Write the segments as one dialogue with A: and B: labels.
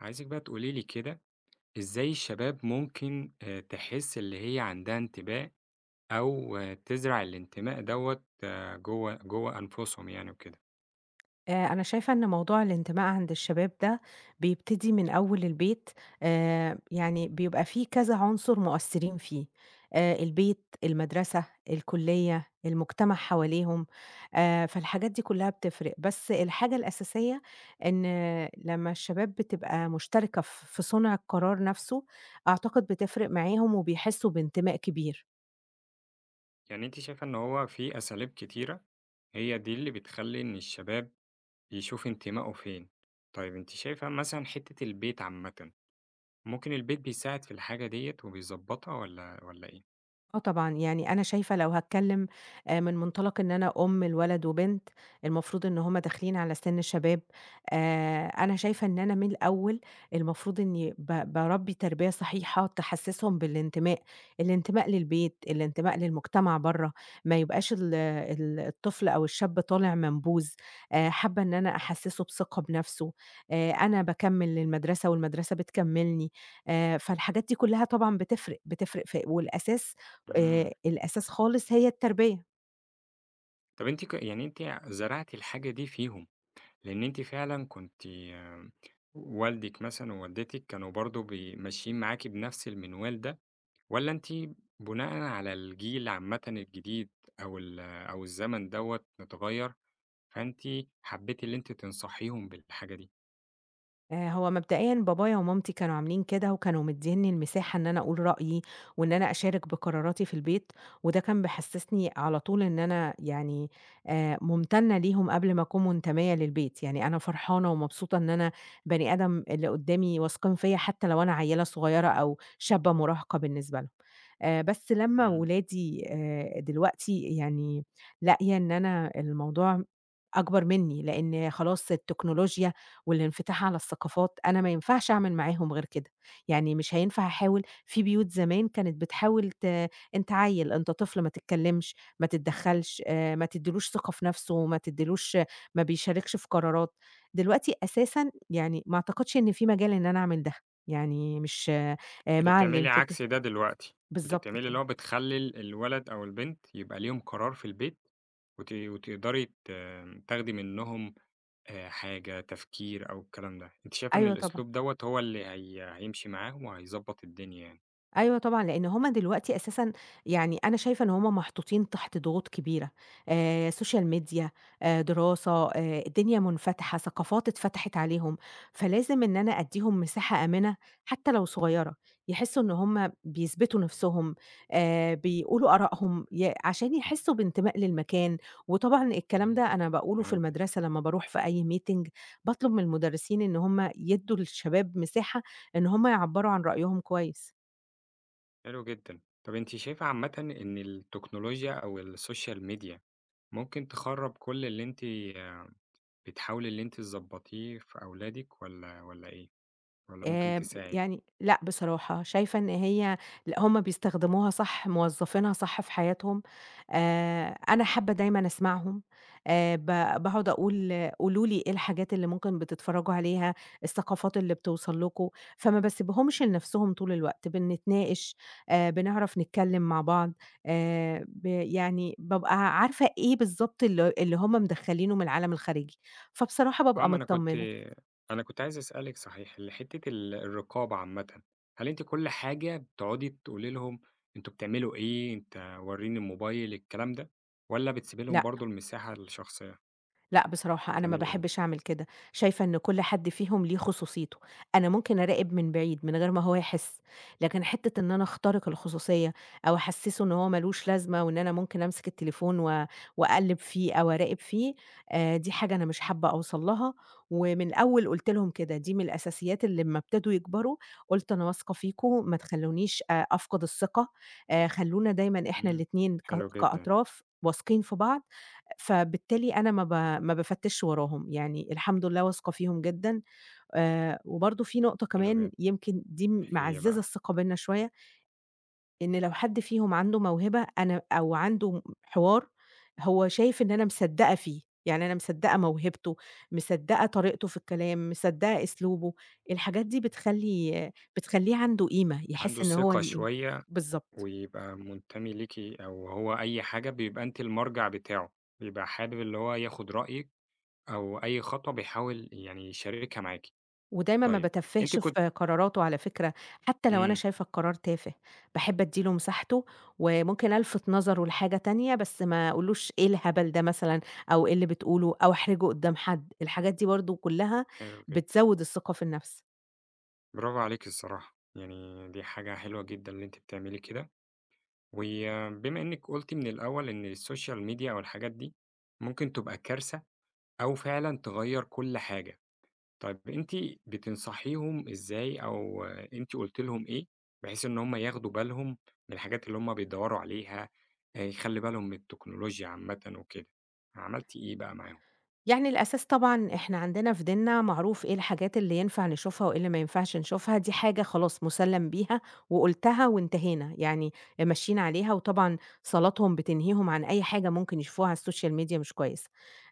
A: عايزِك بقى تقولي لي كده، إزاي الشباب ممكن تحس اللي هي عندها انتماء أو آه، تزرع الانتماء دوّة آه، جوّه أنفسهم يعني وكده؟
B: أنا شايفة إن موضوع الانتماء عند الشباب ده بيبتدي من أول البيت، يعني بيبقى في كذا عنصر مؤثرين فيه، البيت، المدرسة، الكلية، المجتمع حواليهم، فالحاجات دي كلها بتفرق، بس الحاجة الأساسية إن لمّا الشباب بتبقى مشتركة في صنع القرار نفسه، أعتقد بتفرق معاهم وبيحسوا بانتماء كبير.
A: يعني أنتِ شايفة إن هو في أساليب كتيرة هي دي اللي بتخلّي إن الشباب يشوف انتمائه فين. طيب أنتِ شايفة مثلًا حتّة البيت عامةً، ممكن البيت بيساعد في الحاجة ديّة وبيضبّطها والّا إيه؟
B: آه طبعًا، يعني أنا شايفة لو هاتكلم من منطلق إن أنا أم لولد وبنت، المفروض إن هُم داخلين على سِن الشباب، أنا شايفة إن أنا من الأول المفروض إني باربّي تربية صحيحة تحسّسهم بالانتماء، الانتماء للبيت، الانتماء للمجتمع برّه، ما يبقاش ال ال الطفل أو الشاب طالع منبوذ، حابة إن أنا أحسّسه بثقة بنفسه، أنا باكمّل للمدرسة والمدرسة بتكمّلني، فالحاجات دي كلّها طبعًا بتفرق، بتفرق في والأساس
A: إمم.
B: الأساس خالص هي التربية.
A: طب أنتِ ك يعني أنتِ زرعتِ الحاجة دي فيهم. لإن أنتِ فعلًا كنتِ والدِك مثلًا ووالدتِك كانوا برضه بي ماشيين معاكِ بنفس المنوال ده، والّا أنتِ بناءً على الجيل عامةً الجديد أو أو الزمن دوّة اتغيّر، فأنتِ حبيتِ اللي أنتِ تنصحيهم بالحاجة دي؟
B: هو مبدئيًا بابايا ومامتي كانوا عاملين كده، وكانوا مدّينّي المساحة إن أنا أقول رأيي، وإن أنا أشارك بقراراتي في البيت، وده كان بيحسّسني على طول إن أنا يعني ممتنة ليهم قبل ما أكون منتمية للبيت، يعني أنا فرحانة ومبسوطة إن أنا بني آدم اللي قدّامي واثقين فيّا حتى لو أنا عيّلة صغيّرة أو شابة مراهقة بالنسبة لهم. بس لمّا
A: إمم،
B: ولادي دلوقتي يعني لاقية إن أنا الموضوع أكبر منّي، لإن خلاص التكنولوجيا والانفتاح على الثقافات، أنا ما ينفعش أعمل معاهم غير كده، يعني مش هينفع أحاول في بيوت زمان كانت بتحاول ت أنت عيّل، أنت طفل ما تتكلّمش، ما تتدخّلش، ما تدّيلوش ثقة في نَفْسه، ما بيشاركش في قرارات، دلوقتي أساسًا يعني ما أعتقدش إن في مجال إن أنا أعمل ده، يعني مش
A: أنتِ
B: مع
A: بتعملي
B: الانفتاح
A: عكس ده دلوقتي، أنتِ
B: بالضبط
A: بتعملي اللي
B: كده،
A: هو بتخلّي الولد أو البنت يبقى ليهم قرار في البيت، وتقدري ت تاخدي منهم حاجة، تفكير أو الكلام ده، أنتِ شايفة إن
B: أيوه طبعًا.
A: الأسلوب دوّة هو اللي هي هيمشي معاه وهيضبّط الدنيا يعني.
B: أيوه طبعًا، لإن هُم دلوقتي أساسًا يعني أنا شايفة إن هُم محطوطين تحت ضغوط كبيرة، سوشيال ميديا، دراسة، الدنيا منفتحة، ثقافات اتفتحت عليهم، فلازم إن أنا أدّيهم مساحة آمنة حتى لو صغيرة، يحسّوا إن هُم بيثبتوا نَفْسهم، بيقولوا آرائهم، عشان يحسّوا بانتماء للمكان، وطبعًا الكلام
A: إمم.
B: ده أنا باقوله في
A: فهمتِك،
B: المدرسة لمّا باروح في أي meeting. باطلب من المدرسين إن هُم يدّوا للشباب مساحة إن هُم يعبّروا عن رأيهم كويس.
A: حلو جدًا. طَب أنتِ شايفة عامةً إن التكنولوجيا أو السوشيال ميديا ممكن تخرّب كل اللي أنتِ آه، بتحاولي اللي أنتِ تضبّطيه في أولادِك والّا إيه، والّا ممكن
B: ب
A: تساعد؟
B: يعني لأ بصراحة، شايفة إن هي لأ، هُم بيستخدموها صح، موظّفينها صح في حياتهم، أنا حابة دايمًا أسمعهم، ب باقعد أقول قولوا لي إيه الحاجات اللي ممكن بتتفرّجوا عليها، الثقافات اللي بتوصل لكم، فما باسيبهمش لنفسهم طول الوقت، بنتناقش، بنعرف نتكلّم مع بعض، ب يعني بابقى عارفة إيه بالضبط اللي هُم مدخّلينه من العالم الخارجي، فبصراحة
A: آه،
B: بابقى
A: ما أنا كنت
B: متطمّنة.
A: أنا كنت عايز أسألِك صحيح، حتّة الرقابة عامةً، هل أنتِ كل حاجة بتقعدي تقولي لهم أنتم بتعملوا إيه، أنت ورّيني الموبايل، الكلام ده، والّا بتسيبي لهم
B: لأ.
A: برضه المساحة الشخصية؟
B: لأ، بصراحة أنا ما
A: بتعملي إيه؟
B: باحبش أعمل كده، شايفة إن كل حد فيهم ليه خصوصيته. أنا ممكن أراقب من بعيد من غير ما هو يحس، لكن حتة إن أنا أخترق الخصوصية أو أحسسه إن هو ما لوش لازمة وإن أنا ممكن أمسك التليفون و وأقلِّب فيه أو أراقب فيه، دي حاجة أنا مش حابة أوصل لها، ومن الأول قُلت لهم كده، دي من الأساسيات اللي أمّا ابتدوا يكبروا قُلت أنا واثقة فيكم، ما تخلّونيش أفقد الثقة، خلّونا دايمًا إحنا
A: إمم،
B: الاتنين
A: حلو جدًا،
B: كأطراف واثقين في بعض، فبالتالي أنا ما بافتّشش وراهم، يعني الحمد لله واثقة فيهم جدًا، وبرضه في نقطة
A: حلو
B: كمان
A: جدًا،
B: يمكن دي
A: هي
B: معزّزة
A: بقى
B: الثقة بيننا شوية، إن لو حد فيهم عنده موهبة أنا أو عنده حوار هو شايف إن أنا مصدّقة فيه، يعني أنا مصدّقة موهبته، مصدّقة طريقته في الكلام، مصدّقة أسلوبه، الحاجات دي بتخلّيه عنده قيمة،
A: عنده
B: يحس إن هو
A: ثقة
B: ليه قيمة.
A: شوية
B: بالضبط.
A: ويبقى منتمي ليكِ أو هو أي حاجة بيبقى أنتِ المرجع بتاعه، بيبقى حابب اللي هو ياخد رأيِك أو أي خطوة بيحاول يعني يشاركها معاكِ.
B: ودايمًا ما
A: طيب أنتِ
B: باتفّهش
A: كنتِ
B: في قراراته على فكرة، حتى لو أنا
A: إمم.
B: شايفة القرار تافه، باحب أدّي له مساحته، وممكن ألفت نظره لحاجة تانية بس ما أقولوش إيه الهبل ده مثلًا، أو إيه اللي بتقوله، أو أحرجه قدّام حد، الحاجات دي برضه كلّها
A: حلو جدًا،
B: بتزوّد الثقة في النفس.
A: برافو عليكِ الصراحة، يعني دي حاجة حلوة جدًا اللي أنتِ بتعملي كده، وبما إنِّك قُلتِ من الأول إن الsocial media أو الحاجات دي ممكن تبقى كارثة أو فعلًا تغيّر كل حاجة، طيب أنتِ بتنصحيهم إزاي أو أنتِ قُلتِ لهم إيه بحيث إن هم ياخدوا بالهم من الحاجات اللي هم بيدوّروا عليها، يخلّي بالهم من التكنولوجيا عامةً وكده، عملتِ إيه بقى معاهم؟
B: يعني الأساس طبعًا إحنا عندنا في ديننا معروف إيه الحاجات اللي ينفع نشوفها وإيه اللي ما ينفعش نشوفها، دي حاجة خلاص مُسَلَّم بيها وقُلتها وانتهينا، يعني ماشيين عليها وطبعًا صلاتهم بتنهيهم عن أي حاجة ممكن يشوفوها على السوشيال ميديا مش كويسة.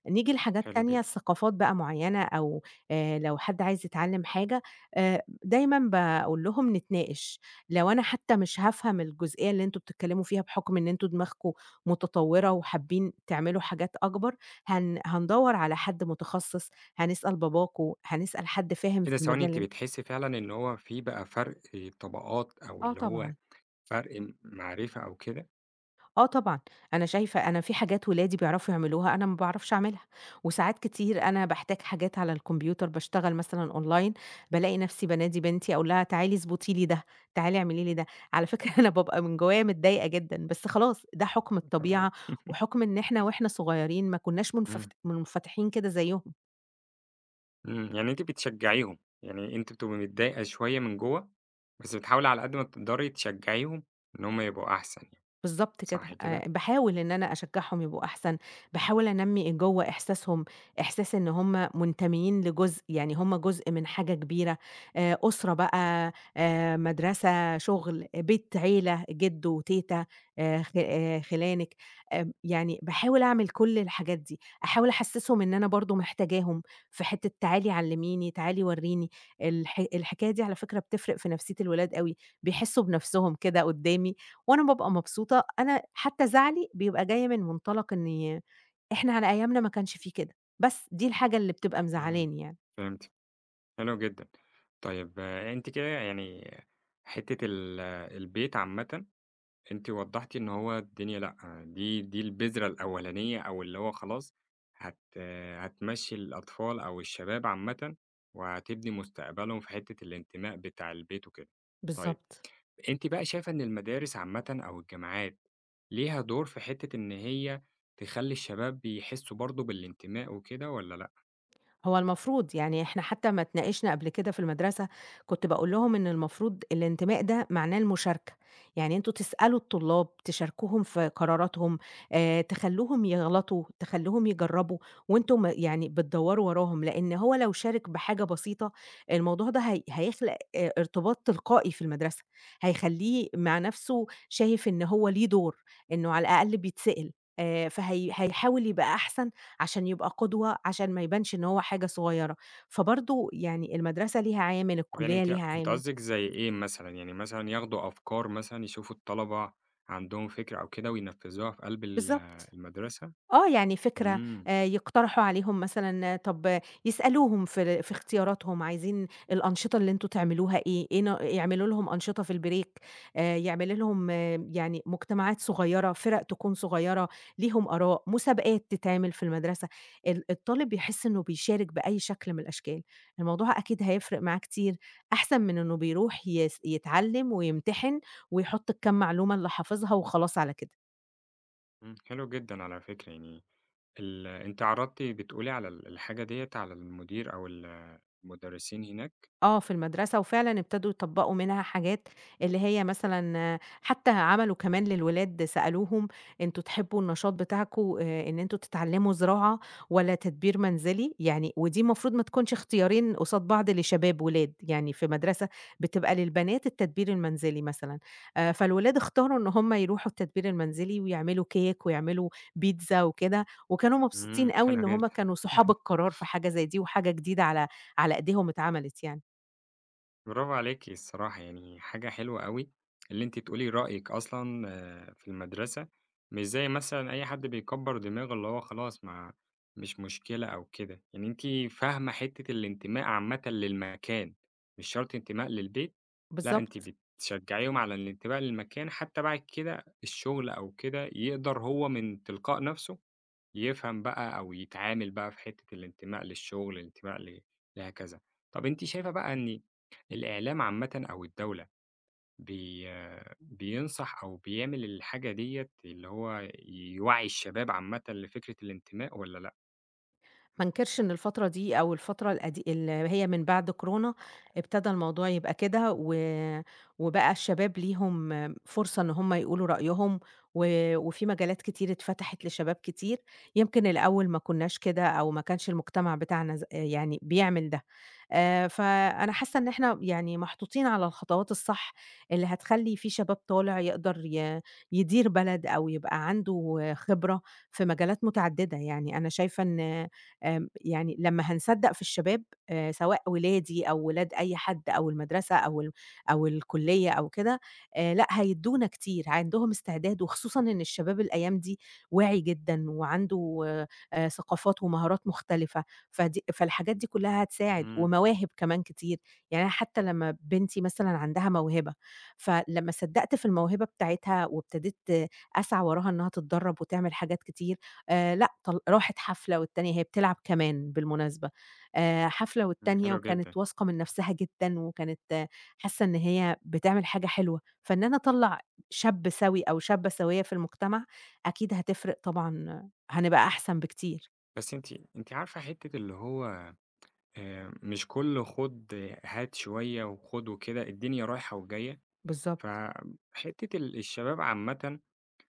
B: نيجي لحاجات
A: حلو
B: تانية،
A: جدًا،
B: ثقافات بقى معيّنة أو لو حد عايز يتعلّم حاجة، دايمًا باقول لهم نتناقش، لو أنا حتى مش هافهم الجزئية اللي أنتم بتتكلّموا فيها بحُكم إن أنتم دماغكم متطوّرة وحابين تعملوا حاجات أكبر، هندوّر على حد متخصص، هنسأل باباكو، هنسأل حد فاهم
A: إيه ده
B: في
A: ثواني
B: المجال
A: أنتِ
B: ال
A: بتحسّي فعلًا إن هو في بقى فرق طبقات أو
B: آه
A: اللي هو
B: طبعًا.
A: فرق م معرفة أو كده
B: آه طبعًا، أنا شايفة أنا في حاجات ولادي بيعرفوا يعملوها أنا ما باعرفش أعملها، وساعات كتير أنا باحتاج حاجات على الكمبيوتر باشتغل مثلًا أونلاين، بالاقي نفسي بانادي بنتي أقول لها تعالي اضبطي لي ده، تعالي اعملي لي ده، على فكرة أنا بابقى من جوايا متضايقة جدًا، بس خلاص ده حُكم
A: طبعًا،
B: الطبيعة، وحُكم إن إحنا وإحنا صغيرين ما كناش
A: إمم،
B: منفتحين كده زيهم.
A: إمم، يعني أنتِ بتشجّعيهم، يعني أنتِ بتبقي متضايقة شوية من جوّه، بس بتحاولي على قد ما تقدري تشجّعيهم إن هم يبقوا أحسن يعني،
B: بالضبط كده،
A: صح كده؟
B: باحاول إن أنا أشجّعهم يبقوا أحسن، باحاول أنمّي جوّه إحساسهم إحساس إن هُم منتميين لجزء، يعني هُم جزء من حاجة كبيرة، أسرة
A: إمم،
B: بقى، مدرسة، شغل، آه، بيت، عيلة، جِد وتيتة، خ خِلانِك، يعني باحاول أعمل كل الحاجات دي، أحاول أحسّسهم إن أنا برضه محتاجاهم في حتّة تعالي علّميني، تعالي ورّيني، الحكاية دي على فكرة بتفرق في نفسية الولاد أوي، بيحسّوا بنفسهم كده قدّامي وأنا بابقى مبسوطة، أنا حتى زعلي بيبقى جاي من منطلق إن إحنا على أيامنا ما كانش في كده، بس دي الحاجة اللي بتبقى
A: إمم.
B: مزعلاني يعني.
A: فهمتِك، حلو جدًا. طيب آه، أنتِ كده يعني حتّة البيت عامةً أنتِ وضّحتِ إن هو الدنيا لأ، دي البذرة الأولانية أو اللي هو خلاص هت هتمشّي الأطفال أو الشباب عامةً، وهتبني مستقبلهم في حتّة الانتماء بتاع البيت وكده. طيب
B: بالضبط.
A: أنتِ بقى شايفة إن المدارس عامةً أو الجامعات ليها دور في حتّة إن هي تخلّي الشباب يحسّوا برضه بالانتماء وكده والّا لأ؟
B: هو المفروض يعني إحنا حتى أمّا اتناقشنا قبل كده في المدرسة، كنت باقول لهم إن المفروض الانتماء ده معناه المشاركة، يعني أنتم تسألوا الطلاب، تشاركوهم في قراراتهم، تخلّوهم يغلطوا، تخلّوهم يجرّبوا، وأنتم يعني بتدوّروا وراهم، لإن هو لو شارك بحاجة بسيطة، الموضوع ده هي هيخلق ارتباط تلقائي في المدرسة، هيخلّيه مع نفسه شايف إن هو ليه دور، إنه على الأقل بيتسأل، فهي هيحاول يبقى أحسن عشان يبقى قدوة، عشان ما يبانش إن هو حاجة صغيّرة، فبرضه يعني المدرسة ليها عامل،
A: طب يعني
B: الكلية
A: أنتِ
B: ليها
A: أنتِ
B: عامل.
A: قصدِك زي إيه مثلًا؟ يعني مثلًا ياخدوا أفكار مثلًا، يشوفوا الطلبة عندهم فكرة أو كده وينفّذوها في قلب
B: بالضبط.
A: المدرسة؟
B: آه، يعني فكرة
A: إمم،
B: يقترحوا عليهم مثلًا آه، طَب آه، يسألوهم في في اختياراتهم عايزين الأنشطة اللي أنتم تعملوها إيه، إيه ن يعملوا لهم أنشطة في البريك، يعمل لهم آه، يعني مجتمعات صغيّرة، فِرَق تكون صغيّرة ليهم آراء، مسابقات تتعمل في المدرسة، الطالب يحس إنه بيشارك بأي شكل من الأشكال، الموضوع أكيد هيفرق معاه كتير، أحسن من إنه بيروح يتعلّم ويمتحن ويحُط الكام معلومة اللي حافظها وخلاص على كده.
A: إمم، حلو جدًا على فكرة يعني ال أنتِ عرضتِ بتقولي على الحاجة ديّة على المدير أو ال المدرسين هناك؟
B: آه، في المدرسة وفعلًا ابتدوا يطبّقوا منها حاجات، اللي هي مثلًا آه، حتى عملوا كمان للولاد سألوهم: "أنتم تحبوا النشاط بتاعكم إن أنتم تتعلموا زراعة والّا تدبير منزلي؟" يعني ودي المفروض ما تكونش اختيارين قصاد بعض لشباب ولاد، يعني في مدرسة بتبقى للبنات التدبير المنزلي مثلًا، فالولاد اختاروا إن هم يروحوا التدبير المنزلي ويعملوا كيك ويعملوا بيتزا وكده، وكانوا مبسوطين
A: إمم،
B: أوي
A: حلو
B: إن هم
A: جدًا.
B: كانوا صحاب القرار في حاجة زي دي، وحاجة جديدة على إيديهم اتعملت يعني.
A: برافو عليكِ الصراحة، يعني حاجة حلوة أوي اللي أنتِ تقولي رأيِك أصلًا آه، في المدرسة، مش زي مثلًا أي حد بيكبّر دماغه اللي هو خلاص ما مش مشكلة أو كده، يعني أنتِ فاهمة حتّة الانتماء عامةً للمكان، مش شرط انتماء للبيت، لأ أنتِ
B: بالضبط.
A: بتشجّعيهم على الانتماء للمكان حتى بعد كده الشغل أو كده يقدر هو من تلقاء نَفْسه يفهم بقى أو يتعامل بقى في حتّة الانتماء للشغل، الانتماء ل لهكذا. طَب أنتِ شايفة بقى إن الإعلام عامةً أو الدولة بي بينصح أو بيعمل الحاجة ديّة اللي هو يوعّي الشباب عامةً لفكرة الانتماء والّا لأ؟
B: ما انكرش إن الفترة دي أو الفترة اللي هي من بعد كورونا، ابتدى الموضوع يبقى كده وبقى الشباب ليهم فرصة إن هم يقولوا رأيهم، و وفي مجالات كتير اتفتحت لشباب كتير، يمكن الأول ما كناش كده أو ما كانش المجتمع بتاعنا يعني بيعمل ده. فأنا حاسة إن إحنا يعني محطوطين على الخطوات الصح اللي هتخلّي في شباب طالع يقدر يدير بلد أو يبقى عنده خبرة في مجالات متعددة، يعني أنا شايفة إن يعني لمّا هنصدّق في الشباب سواء ولادي أو ولاد أي حد أو المدرسة أو أو الكلية أو كده لأ هيدّونا كتير، عندهم استعداد وخصوصًا إن الشباب الأيام دي واعي جدًا وعنده ثقافات ومهارات مختلفة، فالحاجات دي كلّها هتساعد
A: إمم،
B: ومواهب كمان كتير، يعني أنا حتى لمّا بنتي مثلًا عندها موهبة، فلمّا صدّقت في الموهبة بتاعتها وابتديت أسعى وراها إنها تتدرّب وتعمل حاجات كتير لأ، طل راحت حفلة والتانية هي بتلعب كمان بالمناسبة، حفلة
A: إمم.
B: والتانية
A: حلو جدًا.
B: وكانت واثقة من نفسها جدًا، وكانت آه، حاسة إن هي بتعمل حاجة حلوة، فإن أنا أطلّع شاب سوي أو شابة سوية في المجتمع أكيد هتفرق طبعًا آه، هنبقى أحسن بكتير.
A: بس أنتِ عارفة حتّة اللي هو مش كل خُد هات شوية وخُد وكده، الدنيا رايحة وجاية،
B: بالضبط.
A: فحتّة الشباب عامةً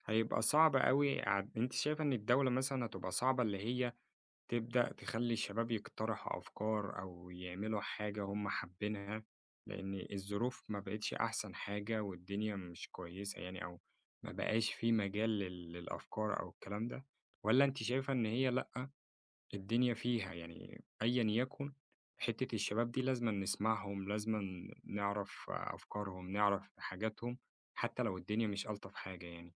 A: هيبقى صعب أوي عد أنتِ شايفة إن الدولة مثلًا هتبقى صعبة اللي هي تبدأ تخلّي الشباب يقترحوا أفكار أو يعملوا حاجة هم حابينها، لإن الظروف ما بقتش أحسن حاجة والدنيا مش كويسة يعني أو ما بقاش في مجال للأفكار أو الكلام ده، والّا أنتِ شايفة إن هي لأ، الدنيا فيها يعني أيًا يكن حتّة الشباب دي لازمًا نسمعهم، لازمًا نعرف أفكارهم، نعرف حاجاتهم، حتى لو الدنيا مش ألطف حاجة يعني؟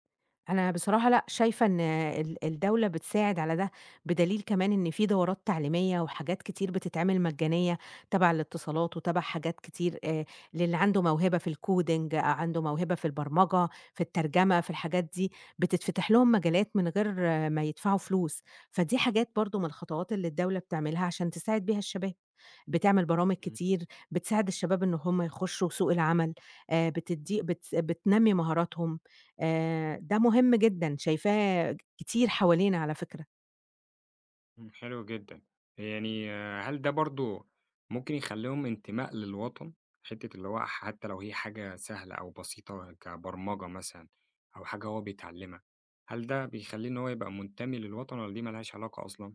B: أنا بصراحة لأ، شايفة إن الدولة بتساعد على ده، بدليل كمان إن في دورات تعليمية وحاجات كتير بتتعمل مجانية تبع الاتصالات وتبع حاجات كتير، للي عنده موهبة في الcoding أو عنده موهبة في البرمجة، في الترجمة، في الحاجات دي، بتتفتح لهم مجالات من غير آه، ما يدفعوا فلوس، فدي حاجات برضه من الخطوات اللي الدولة بتعملها عشان تساعد بيها الشباب، بتعمل برامج
A: إمم.
B: كتير بتساعد الشباب إن هم يخشوا سوق العمل، بتدّي بت بتنمي مهاراتهم، ده مهم جدًا، شايفاه كتير حوالينا على فكرة.
A: إمم، حلو جدًا. يعني آه، هل ده برضه ممكن يخلّيهم انتماء للوطن؟ حتّة اللي هو حتّى لو هي حاجة سهلة أو بسيطة كبرمجة مثلًا أو حاجة هو بيتعلّمها، هل ده بيخلّيه إن هو يبقى منتمي للوطن والّا دي ما لهاش علاقة أصلًا؟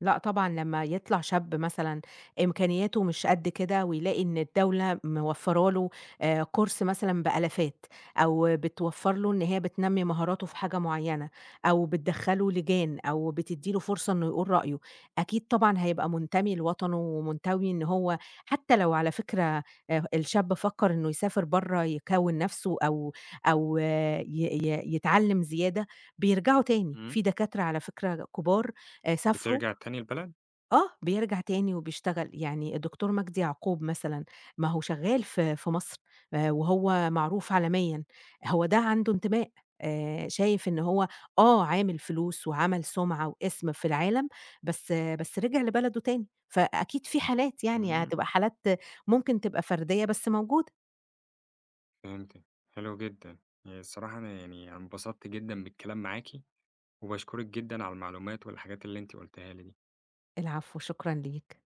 B: لأ طبعًا، لمّا يطلع شاب مثلًا إمكانياته مش قد كده ويلاقي إن الدولة موفّرة له كورس مثلًا بآلافات، أو بتوفّر له إن هي بتنمّي مهاراته في حاجة معيّنة، أو بتدخّله لجان، أو بتدّي له فرصة إنه يقول رأيه، أكيد طبعًا هيبقى منتمي لوطنه ومنتمي إن هو، حتى لو على فكرة الشاب فكّر إنه يسافر برّه يكوّن نَفْسه، أو أو آه، ي ي يتعلّم زيادة، بيرجعوا تاني،
A: إمم.
B: في دكاترة على فكرة كبار سافروا
A: بترجع تاني البلد؟
B: آه، بيرجع تاني وبيشتغل، يعني الدكتور مجدي يعقوب مثلًا، ما هو شغال في مصر وهو معروف عالميًا، هو ده عنده انتماء، شايف إن هو آه، عامل فلوس وعمل سُمعة واسم في العالم، بس آه، بس رجع لبلده تاني، فأكيد في حالات يعني
A: إمم،
B: هتبقى حالات ممكن تبقى فردية بس موجودة.
A: فهمتك، حلو جدًا. يعني الصراحة أنا انبسطت جدًا بالكلام معاكِ، وباشكرِك جدًا على المعلومات والحاجات اللي أنتِ قُلتيها لي دي.
B: العفو، شكرًا ليك.